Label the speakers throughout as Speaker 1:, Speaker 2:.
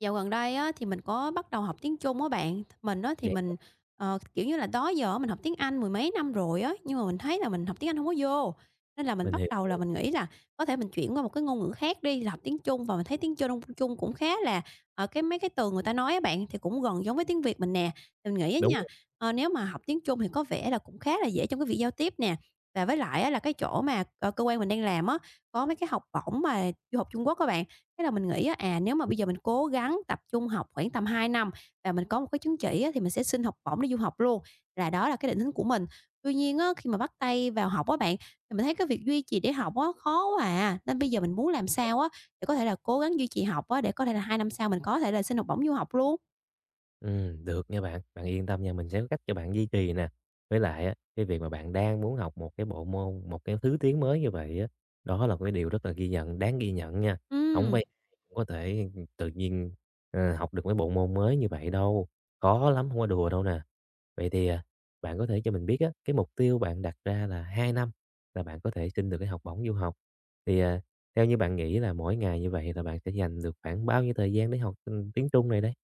Speaker 1: Dạo gần đây á, thì mình có bắt đầu học tiếng Trung á bạn. Mình á, thì
Speaker 2: Vậy
Speaker 1: mình, kiểu như là, đó giờ mình học tiếng Anh mười mấy năm rồi á, nhưng mà mình thấy là mình học tiếng Anh không có vô. Nên là mình
Speaker 2: mình
Speaker 1: bắt
Speaker 2: hiểu,
Speaker 1: đầu là mình nghĩ là có thể mình chuyển qua một cái ngôn ngữ khác đi, là học tiếng Trung, và mình thấy tiếng Trung Trung cũng khá là, cái mấy cái từ người ta nói á bạn, thì cũng gần giống với tiếng Việt mình nè. Thì mình nghĩ á
Speaker 2: đúng.
Speaker 1: nha, nếu mà học tiếng Trung thì có vẻ là cũng khá là dễ trong cái việc giao tiếp nè. Và với lại á, là cái chỗ mà, cơ quan mình đang làm á, có mấy cái học bổng mà du học Trung Quốc các bạn. Thế là mình nghĩ á, nếu mà bây giờ mình cố gắng tập trung học khoảng tầm 2 năm và mình có một cái chứng chỉ á, thì mình sẽ xin học bổng để du học luôn, là đó là cái định hướng của mình. Tuy nhiên á, khi mà bắt tay vào học á bạn, thì mình thấy cái việc duy trì để học á, khó quá à, nên bây giờ mình muốn làm sao á, để có thể là cố gắng duy trì học á, để có thể là 2 năm sau mình có thể là xin học bổng du học luôn.
Speaker 2: Được nha bạn. Bạn yên tâm nha, mình sẽ có cách cho bạn duy trì nè. Với lại á, cái việc mà bạn đang muốn học một cái bộ môn, một cái thứ tiếng mới như vậy á, đó là một cái điều rất là ghi nhận, đáng ghi nhận nha. Không
Speaker 1: Ừm.
Speaker 2: phải ai cũng có thể tự nhiên, học được mấy bộ môn mới như vậy đâu, khó lắm, không có đùa đâu nè. Vậy thì, bạn có thể cho mình biết á, cái mục tiêu bạn đặt ra là 2 năm là bạn có thể xin được cái học bổng du học. Thì, theo như bạn nghĩ là mỗi ngày như vậy là bạn sẽ dành được khoảng bao nhiêu thời gian để học, tiếng Trung này đấy?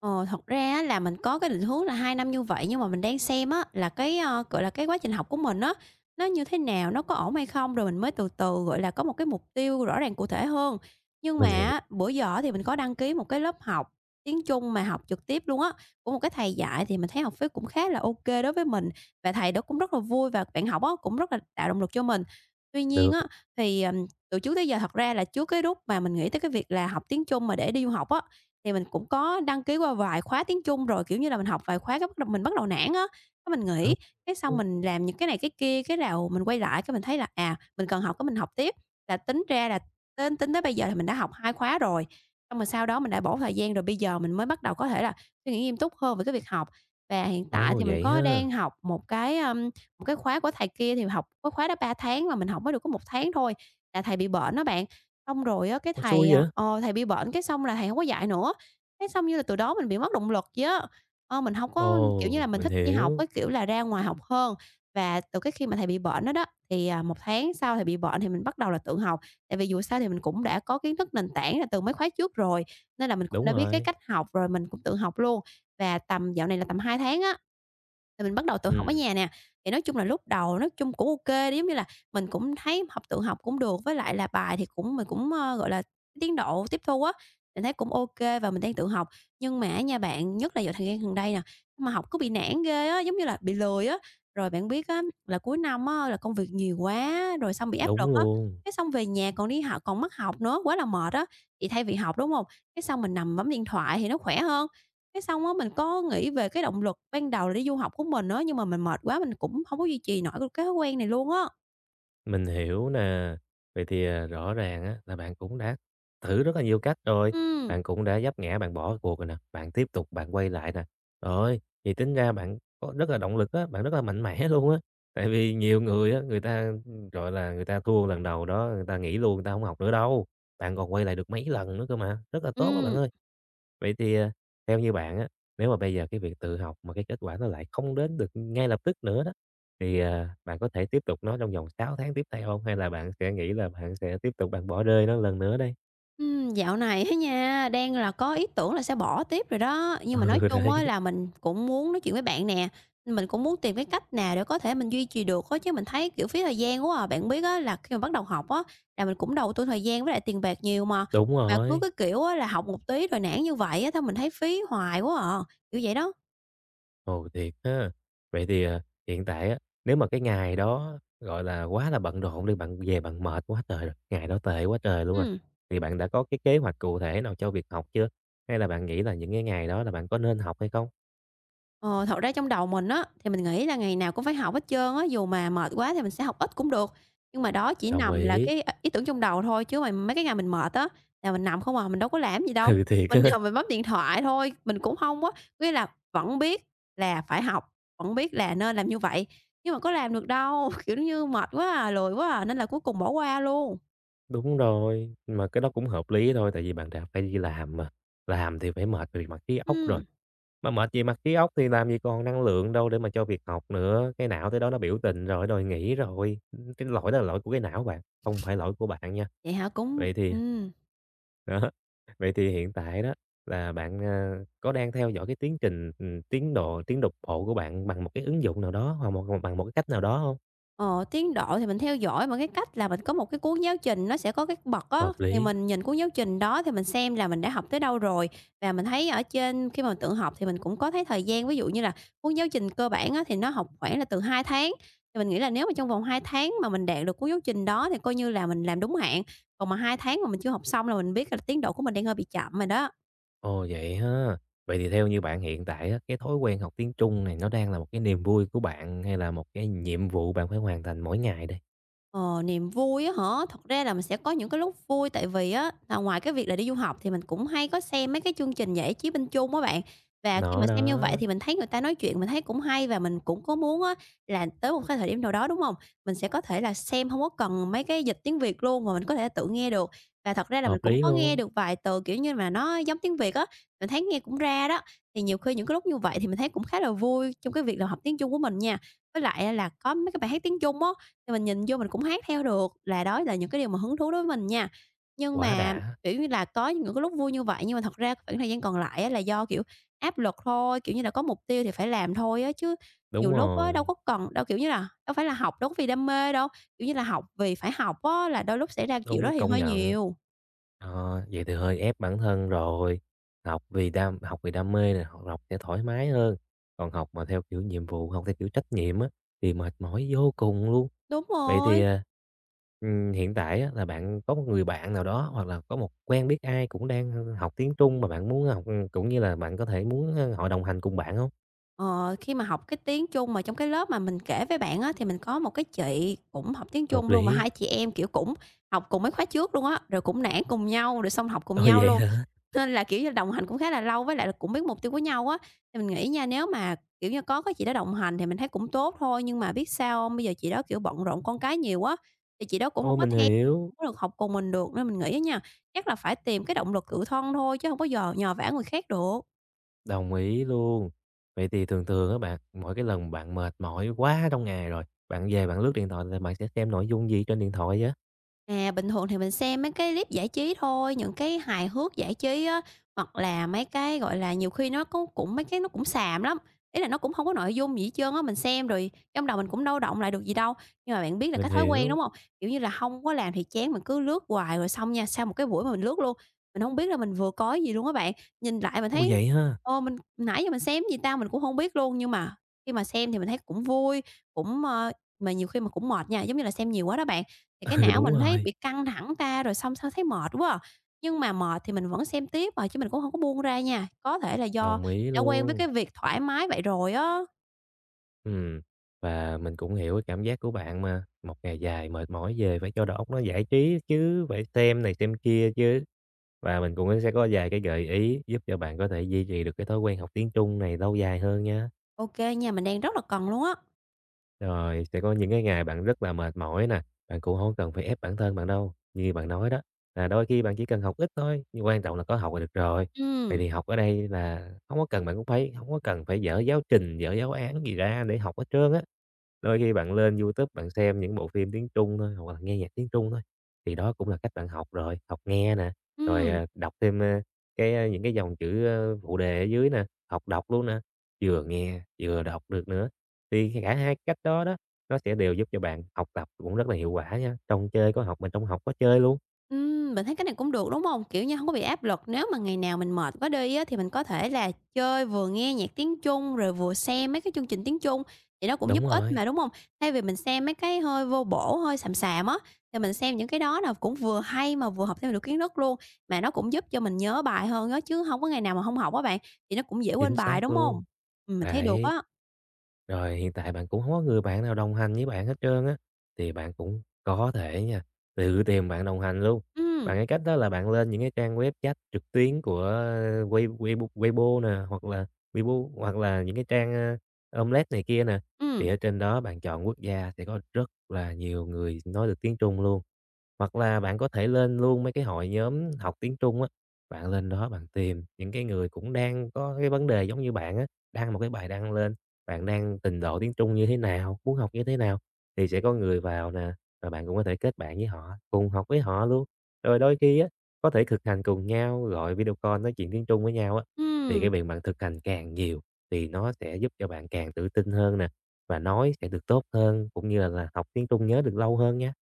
Speaker 1: Ờ, thật ra á là mình có cái định hướng là 2 năm như vậy, nhưng mà mình đang xem á là cái, gọi là, cái quá trình học của mình á, nó như thế nào, nó có ổn hay không, rồi mình mới từ từ, gọi là, có một cái mục tiêu rõ ràng cụ thể hơn. Nhưng
Speaker 2: Mình
Speaker 1: mà
Speaker 2: hiểu,
Speaker 1: á, bữa giờ thì mình có đăng ký một cái lớp học tiếng Trung mà học trực tiếp luôn á, của một cái thầy dạy thì mình thấy học phí cũng khá là ok đối với mình, và thầy đó cũng rất là vui và bạn học á cũng rất là tạo động lực cho mình. Tuy nhiên
Speaker 2: được.
Speaker 1: á, thì, từ trước tới giờ thật ra là trước cái lúc mà mình nghĩ tới cái việc là học tiếng Trung mà để đi du học á, thì mình cũng có đăng ký qua vài khóa tiếng Trung rồi, kiểu như là, mình học vài khóa cái bắt đầu nản á, cái mình
Speaker 2: Ờ,
Speaker 1: nghỉ, cái xong
Speaker 2: đúng.
Speaker 1: mình làm những cái này cái kia, cái đầu mình quay lại cái mình thấy là, à, mình cần học cái mình học tiếp, là tính ra là tính tính tới bây giờ là mình đã học 2 khóa rồi. Xong rồi sau đó mình đã bỏ thời gian rồi bây giờ mình mới bắt đầu có thể là suy nghĩ nghiêm túc hơn về cái việc học. Và hiện tại
Speaker 2: Ồ,
Speaker 1: thì mình
Speaker 2: vậy
Speaker 1: có
Speaker 2: ha?
Speaker 1: đang học một cái khóa của thầy kia thì học có khóa đó 3 tháng mà mình học mới được có 1 tháng thôi, là thầy bị bệnh đó bạn. Xong rồi á, cái
Speaker 2: Ôi,
Speaker 1: thầy,
Speaker 2: xui vậy?
Speaker 1: thầy bị bệnh cái xong là thầy không có dạy nữa. Thế xong như là từ đó mình bị mất động lực vậy á. Mình hông có kiểu như là,
Speaker 2: Ồ,
Speaker 1: mình
Speaker 2: mình
Speaker 1: thích đi học
Speaker 2: hiểu,
Speaker 1: cái kiểu là ra ngoài học hơn. Và từ cái khi mà thầy bị bệnh đó đó, thì, 1 tháng sau thầy bị bệnh thì mình bắt đầu là tự học. Tại vì dù sao thì mình cũng đã có kiến thức nền tảng là từ mấy khóa trước rồi, nên là mình cũng
Speaker 2: đúng
Speaker 1: đã biết cái
Speaker 2: rồi,
Speaker 1: cách học rồi, mình cũng tự học luôn. Và tầm dạo này là tầm 2 tháng á, thì mình bắt đầu tự học ở
Speaker 2: ừm,
Speaker 1: nhà nè, thì nói chung là lúc đầu nói chung cũng ok kê, giống như là, mình cũng thấy học tự học cũng được, với lại là bài thì cũng mình cũng, gọi là, tiến độ tiếp thu á, mình thấy cũng ok và mình đang tự học. Nhưng mà nha bạn, nhất là vào thời gian gần đây nè, mà học cứ bị nản ghê á, giống như là bị lười á. Rồi bạn biết á, là cuối năm á, là công việc nhiều quá, rồi xong bị áp
Speaker 2: đúng
Speaker 1: lực á,
Speaker 2: luôn,
Speaker 1: cái xong về nhà còn đi học còn mất học nữa, quá là mệt á. Thì thay vì học, đúng không? Cái xong mình nằm bấm điện thoại thì nó khỏe hơn, cái xong á, mình có nghĩ về cái động lực ban đầu là đi du học của mình á, nhưng mà mình mệt quá mình cũng hông có duy trì nổi cái thói quen này luôn á.
Speaker 2: mình hiểu nè. Vậy thì, rõ ràng á là bạn cũng đã thử rất là nhiều cách rồi,
Speaker 1: Ừm,
Speaker 2: bạn cũng đã dấp ngã, bạn bỏ cuộc rồi nè, bạn tiếp tục bạn quay lại nè. Rồi, thì tính ra bạn có rất là động lực á, bạn rất là mạnh mẽ luôn á. Tại vì nhiều người á, người ta, gọi là, người ta thua lần đầu đó, người ta nghỉ luôn, người ta không học nữa đâu, bạn còn quay lại được mấy lần nữa cơ mà, rất là tốt các bạn
Speaker 1: ừm,
Speaker 2: ơi. Vậy thì, theo như bạn á, nếu mà bây giờ cái việc tự học mà cái kết quả nó lại không đến được ngay lập tức nữa đó, thì, bạn có thể tiếp tục nó trong vòng 6 tháng tiếp theo không? Hay là bạn sẽ nghĩ là bạn sẽ tiếp tục bạn bỏ rơi nó lần nữa đây?
Speaker 1: Dạo này á nha, đang là có ý tưởng là sẽ bỏ tiếp rồi đó, nhưng mà nói
Speaker 2: Ừ,
Speaker 1: chung á
Speaker 2: đấy,
Speaker 1: là mình cũng muốn nói chuyện với bạn nè, mình cũng muốn tìm cái cách nào để có thể mình duy trì được á, chứ mình thấy, kiểu, phí thời gian quá à. Bạn biết á là khi mà bắt đầu học á, là mình cũng đầu tư thời gian với lại tiền bạc nhiều
Speaker 2: đúng
Speaker 1: mà cứ
Speaker 2: rồi,
Speaker 1: cái kiểu á là học một tí rồi nản như vậy á, thôi mình thấy phí hoài quá à, kiểu vậy đó.
Speaker 2: ồ, thiệt ha. Vậy thì, hiện tại á, nếu mà cái ngày đó, gọi là, quá là bận rộn đi, bạn về bạn mệt quá trời rồi, ngày đó tệ quá trời luôn rồi,
Speaker 1: Ừm.
Speaker 2: thì bạn đã có cái kế hoạch cụ thể nào cho việc học chưa? Hay là bạn nghĩ là những cái ngày đó là bạn có nên học hay không?
Speaker 1: Ờ, thật ra trong đầu mình á, thì mình nghĩ là ngày nào cũng phải học hết trơn á, dù mà mệt quá thì mình sẽ học ít cũng được. Nhưng mà đó chỉ
Speaker 2: Đồng
Speaker 1: nằm là
Speaker 2: ý.
Speaker 1: cái, ý tưởng trong đầu thôi, chứ mà mấy cái ngày mình mệt á, là mình nằm không à, mình đâu có làm gì đâu.
Speaker 2: Ừ, thiệt
Speaker 1: Mình
Speaker 2: á.
Speaker 1: nằm mình bấm điện thoại thôi, mình cũng không á, nghĩa là vẫn biết là phải học, vẫn biết là nên làm như vậy, nhưng mà có làm được đâu, kiểu như, mệt quá à, lười quá à, nên là cuối cùng bỏ qua luôn.
Speaker 2: Đúng rồi, mà cái đó cũng hợp lý thôi, tại vì bạn đã phải đi làm mà, làm thì phải mệt về mặt trí óc rồi,
Speaker 1: Ừm,
Speaker 2: mà mệt về mặt trí óc thì làm gì còn năng lượng đâu để mà cho việc học nữa, cái não tới đó nó biểu tình rồi, đòi nghỉ rồi, cái lỗi đó là lỗi của cái não bạn, không phải lỗi của bạn nha.
Speaker 1: vậy hả? Cũng
Speaker 2: Vậy thì
Speaker 1: ừm.
Speaker 2: đó, vậy thì hiện tại đó là bạn, có đang theo dõi cái tiến trình, tiến độ bộ của bạn bằng một cái ứng dụng nào đó hoặc bằng một cái cách nào đó không?
Speaker 1: Ờ, tiến độ thì mình theo dõi bằng cái cách là mình có một cái cuốn giáo trình nó sẽ có cái bậc á,
Speaker 2: Hợp
Speaker 1: thì
Speaker 2: lý.
Speaker 1: mình nhìn cuốn giáo trình đó thì mình xem là mình đã học tới đâu rồi. Và mình thấy ở trên khi mà mình tự học thì mình cũng có thấy thời gian, ví dụ như là cuốn giáo trình cơ bản á, thì nó học khoảng là từ 2 tháng, thì mình nghĩ là nếu mà trong vòng 2 tháng mà mình đạt được cuốn giáo trình đó thì coi như là mình làm đúng hạn. Còn mà 2 tháng mà mình chưa học xong là mình biết là tiến độ của mình đang hơi bị chậm rồi đó.
Speaker 2: Ồ, vậy ha. Vậy thì theo như bạn hiện tại á, cái thói quen học tiếng Trung này nó đang là một cái niềm vui của bạn hay là một cái nhiệm vụ bạn phải hoàn thành mỗi ngày đây?
Speaker 1: Ờ, niềm vui á hả? Thật ra là mình sẽ có những cái lúc vui tại vì á là ngoài cái việc là đi du học thì mình cũng hay có xem mấy cái chương trình giải trí bên Trung á bạn. Và khi
Speaker 2: Nó
Speaker 1: mà xem như vậy
Speaker 2: đó,
Speaker 1: thì mình thấy người ta nói chuyện mình thấy cũng hay và mình cũng có muốn á là tới một cái thời điểm nào đó, đúng không? Mình sẽ có thể là xem không có cần mấy cái dịch tiếng Việt luôn mà mình có thể tự nghe được. Và thật ra là mình
Speaker 2: hợp
Speaker 1: cũng
Speaker 2: lý
Speaker 1: có nghe
Speaker 2: luôn,
Speaker 1: được vài từ, kiểu như mà, nó giống tiếng Việt á, mình thấy nghe cũng ra đó. Thì nhiều khi những cái lúc như vậy thì mình thấy cũng khá là vui trong cái việc là học tiếng Trung của mình nha. Với lại á là có mấy cái bài hát tiếng Trung á, thì mình nhìn vô mình cũng hát theo được, là đó là những cái điều mà hứng thú đối với mình nha. Nhưng
Speaker 2: quá
Speaker 1: mà,
Speaker 2: đã.
Speaker 1: kiểu như là, có những cái lúc vui như vậy nhưng mà thật ra khoảng thời gian còn lại á là do, kiểu, áp lực thôi, kiểu như là, có mục tiêu thì phải làm thôi á, chứ
Speaker 2: Đúng
Speaker 1: nhiều lúc á đâu
Speaker 2: rồi,
Speaker 1: có cần đâu, kiểu như là, đâu phải là học đâu có vì đam mê đâu, kiểu như là, học vì phải học á là đôi lúc xảy ra chuyện
Speaker 2: đúng,
Speaker 1: đó thì
Speaker 2: công
Speaker 1: hơi
Speaker 2: nhận.
Speaker 1: nhiều.
Speaker 2: Vậy thì hơi ép bản thân rồi. Học vì đam mê này, học học sẽ thoải mái hơn. Còn học mà theo kiểu nhiệm vụ, học theo kiểu trách nhiệm á thì mệt mỏi vô cùng luôn.
Speaker 1: Đúng
Speaker 2: Vậy thì,
Speaker 1: rồi.
Speaker 2: hiện tại á là bạn có một người bạn nào đó hoặc là có một quen biết ai cũng đang, học tiếng Trung mà bạn muốn học, cũng như là bạn có thể muốn, họ đồng hành cùng bạn không?
Speaker 1: Ờ, khi mà học cái tiếng Trung mà trong cái lớp mà mình kể với bạn á, thì mình có một cái chị cũng học tiếng
Speaker 2: Hợp
Speaker 1: Trung luôn và
Speaker 2: lý.
Speaker 1: hai chị em, kiểu, cũng học cùng mấy khóa trước luôn á, rồi cũng nản cùng nhau, rồi xong học cùng
Speaker 2: Ồ,
Speaker 1: nhau
Speaker 2: vậy
Speaker 1: luôn.
Speaker 2: hả?
Speaker 1: Nên là, kiểu như, đồng hành cũng khá là lâu với lại là cũng biết mục tiêu của nhau á. Thì mình nghĩ nha, nếu mà, kiểu như, có cái chị đó đồng hành thì mình thấy cũng tốt thôi, nhưng mà biết sao hông? Bây giờ chị đó, kiểu, bận rộn con cái nhiều quá, thì chị đó cũng
Speaker 2: Ô,
Speaker 1: không có
Speaker 2: mình
Speaker 1: theo,
Speaker 2: hiểu,
Speaker 1: hông có được học cùng mình được, nên mình nghĩ á nha, chắc là phải tìm cái động lực tự thân thôi chứ không có dò nhờ vả người khác được.
Speaker 2: đồng ý luôn. Vậy thì thường thường á bạn, mỗi cái lần bạn mệt mỏi quá trong ngày rồi, bạn về bạn lướt điện thoại là bạn sẽ xem nội dung gì trên điện thoại vậy?
Speaker 1: À, bình thường thì mình xem mấy cái clip giải trí thôi, những cái hài hước giải trí á, hoặc là mấy cái, gọi là, nhiều khi nó có cũng mấy cái nó cũng xàm lắm, ý là nó cũng không có nội dung gì hết trơn á, mình xem rồi trong đầu mình cũng đâu động lại được gì đâu. Nhưng mà bạn biết là
Speaker 2: Mình
Speaker 1: cái thói quen,
Speaker 2: hiểu.
Speaker 1: đúng không? Kiểu như là, không có làm thì chán, mình cứ lướt hoài rồi xong nha, sau một cái buổi mà mình lướt luôn, mình không biết là mình vừa coi gì luôn á bạn. Nhìn lại mình
Speaker 2: Ồ,
Speaker 1: thấy,
Speaker 2: vậy ha?
Speaker 1: ô mình nãy giờ mình xem gì ta? Mình cũng không biết luôn, nhưng mà khi mà xem thì mình thấy cũng vui, cũng, mà nhiều khi mà cũng mệt nha, giống như là xem nhiều quá đó bạn. Thì cái
Speaker 2: Ừ,
Speaker 1: não
Speaker 2: đúng
Speaker 1: mình thấy
Speaker 2: rồi,
Speaker 1: bị căng thẳng ta rồi xong sao thấy mệt quá à. Nhưng mà mệt thì mình vẫn xem tiếp mà chứ mình cũng không có buông ra nha. Có thể là do
Speaker 2: đồng ý
Speaker 1: đã quen với
Speaker 2: luôn.
Speaker 1: cái việc thoải mái vậy rồi á.
Speaker 2: Ừm, và mình cũng hiểu cái cảm giác của bạn mà, một ngày dài mệt mỏi về phải cho đầu óc nó giải trí chứ, phải xem này xem kia chứ. Và mình cũng sẽ có vài cái gợi ý giúp cho bạn có thể duy trì được cái thói quen học tiếng Trung này lâu dài hơn nhé.
Speaker 1: Ok nha, mình đang rất là cần luôn á.
Speaker 2: Rồi sẽ có những cái ngày bạn rất là mệt mỏi nè, bạn cũng không cần phải ép bản thân bạn đâu. Như bạn nói đó, là đôi khi bạn chỉ cần học ít thôi, nhưng quan trọng là có học là được rồi. Vậy
Speaker 1: Ừ.
Speaker 2: thì học ở đây là không có cần bạn cũng phải không có cần phải dở giáo trình, dở giáo án gì ra để học hết trơn á. Đôi khi bạn lên YouTube bạn xem những bộ phim tiếng Trung thôi, hoặc là nghe nhạc tiếng Trung thôi, thì đó cũng là cách bạn học rồi, học nghe nè, rồi,
Speaker 1: Ừm.
Speaker 2: đọc thêm, cái, những cái dòng chữ, phụ đề ở dưới nè, học đọc luôn nè, vừa nghe vừa đọc được nữa. Thì cả hai cách đó đó, nó sẽ đều giúp cho bạn học tập cũng rất là hiệu quả nha, trong chơi có học mà trong học có chơi luôn.
Speaker 1: Bạn thấy cái này cũng được, đúng không? Kiểu như, không có bị áp lực, nếu mà ngày nào mình mệt quá đi á, thì mình có thể là chơi vừa nghe nhạc tiếng Trung, rồi vừa xem mấy cái chương trình tiếng Trung, thì nó cũng giúp
Speaker 2: Đúng
Speaker 1: ích
Speaker 2: rồi,
Speaker 1: mà, đúng không? Thay vì mình xem mấy cái hơi vô bổ, hơi xàm xàm á, thì mình xem những cái đó là cũng vừa hay mà vừa học thêm được kiến thức luôn, mà nó cũng giúp cho mình nhớ bài hơn đó chứ không có ngày nào mà không học á bạn, thì nó cũng dễ
Speaker 2: chính
Speaker 1: quên bài,
Speaker 2: xác
Speaker 1: đúng không?
Speaker 2: luôn.
Speaker 1: Mình thấy được
Speaker 2: Đấy.
Speaker 1: á.
Speaker 2: Rồi hiện tại bạn cũng không có người bạn nào đồng hành với bạn hết trơn á, thì bạn cũng có thể nha, tự tìm bạn đồng hành luôn.
Speaker 1: Ừm,
Speaker 2: Bằng cái cách đó là bạn lên những cái trang web chat trực tuyến của Weibo nè, hoặc là Weibo, hoặc là những cái trang, Omelette này kia nè,
Speaker 1: ừm,
Speaker 2: thì ở trên đó bạn chọn quốc gia sẽ có rất là nhiều người nói được tiếng Trung luôn. Hoặc là bạn có thể lên luôn mấy cái hội nhóm học tiếng Trung á, bạn lên đó bạn tìm những cái người cũng đang có cái vấn đề giống như bạn á, đăng một cái bài đăng lên, bạn đang trình độ tiếng Trung như thế nào, muốn học như thế nào, thì sẽ có người vào nè, và bạn cũng có thể kết bạn với họ, cùng học với họ luôn. Rồi đôi khi á, có thể thực hành cùng nhau, gọi video call nói chuyện tiếng Trung với nhau á, thì
Speaker 1: ừm.
Speaker 2: cái việc bạn thực hành càng nhiều thì nó sẽ giúp cho bạn càng tự tin hơn nè, và nói sẽ được tốt hơn cũng như là học tiếng Trung nhớ được lâu hơn nha.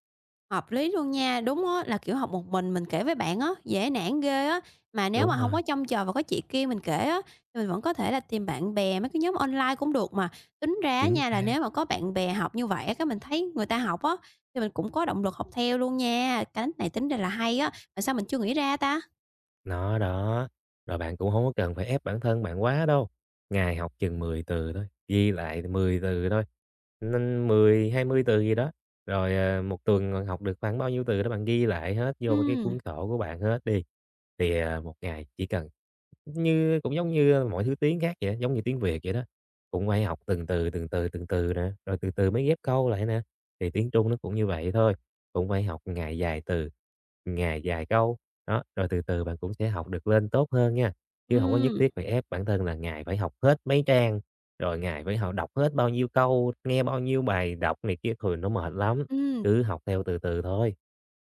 Speaker 1: Hợp lý luôn nha, đúng á, là, kiểu, học một mình kể với bạn á, dễ nản ghê á. Mà nếu
Speaker 2: Đúng
Speaker 1: mà không có
Speaker 2: rồi.
Speaker 1: trông chờ và có chị kia mình kể á, thì mình vẫn có thể là tìm bạn bè, mấy cái nhóm online cũng được mà. Tính ra
Speaker 2: Chính
Speaker 1: nha, là
Speaker 2: xác,
Speaker 1: nếu mà có bạn bè học như vậy á, cái mình thấy người ta học á, thì mình cũng có động lực học theo luôn nha. Cái này tính ra là hay á, mà sao mình chưa nghĩ ra ta?
Speaker 2: nó đó. Rồi bạn cũng không có cần phải ép bản thân bạn quá đâu, ngày học chừng 10 từ thôi, ghi lại 10 từ thôi, nên mười hai mươi từ gì đó, rồi, 1 tuần bạn học được khoảng bao nhiêu từ đó bạn ghi lại hết vô cái
Speaker 1: Ừm,
Speaker 2: cuốn sổ của bạn hết đi. Thì, một ngày chỉ cần như cũng giống như mọi thứ tiếng khác vậy giống như tiếng Việt vậy đó, cũng phải học từng từ, từng từ, từng từ nè, rồi từ từ mới ghép câu lại nè. Thì tiếng Trung nó cũng như vậy thôi, cũng phải học ngày dài từ, ngày dài câu, đó, rồi từ từ bạn cũng sẽ học được lên tốt hơn nha. Chứ không có nhất
Speaker 1: ừm,
Speaker 2: thiết phải ép bản thân là ngày phải học hết mấy trang, rồi ngày phải học đọc hết bao nhiêu câu, nghe bao nhiêu bài đọc này kia, thường nó mệt lắm,
Speaker 1: ừm.
Speaker 2: cứ học theo từ từ thôi.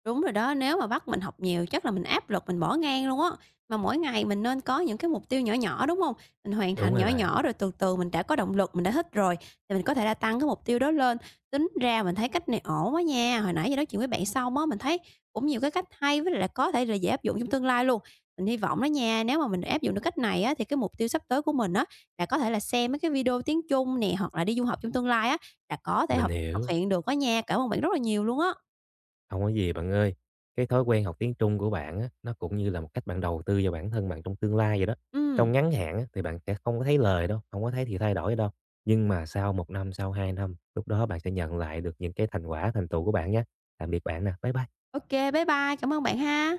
Speaker 1: Đúng rồi đó, nếu mà bắt mình học nhiều chắc là mình áp lực mình bỏ ngang luôn á. Mà mỗi ngày mình nên có những cái mục tiêu nhỏ nhỏ, đúng không? Mình hoàn
Speaker 2: Đúng
Speaker 1: thành
Speaker 2: rồi
Speaker 1: nhỏ
Speaker 2: bạn,
Speaker 1: nhỏ rồi từ từ mình đã có động lực, mình đã thích rồi, thì mình có thể là tăng cái mục tiêu đó lên. Tính ra mình thấy cách này ổn quá nha, hồi nãy giờ nói chuyện với bạn xong á, mình thấy cũng nhiều cái cách hay với lại là có thể là dễ áp dụng trong tương lai luôn. Mình hy vọng đó nha, nếu mà mình áp dụng được cách này á, thì cái mục tiêu sắp tới của mình á, là có thể là xem mấy cái video tiếng Trung nè, hoặc là đi du học trong tương lai á, là có thể
Speaker 2: mình
Speaker 1: học
Speaker 2: hiểu.
Speaker 1: thực hiện được á nha. Cảm ơn bạn rất là nhiều luôn á.
Speaker 2: Không có gì bạn ơi. Cái thói quen học tiếng Trung của bạn á, nó cũng như là một cách bạn đầu tư vào bản thân bạn trong tương lai vậy đó.
Speaker 1: Ừ.
Speaker 2: Trong ngắn hạn á, thì bạn sẽ không có thấy lời đâu, không có thấy thì thay đổi đâu. Nhưng mà sau một năm, sau 2 năm, lúc đó bạn sẽ nhận lại được những cái thành quả, thành tựu của bạn nhé. Tạm biệt bạn nè. Bye bye.
Speaker 1: OK, kê, bye bye, cảm ơn bạn ha.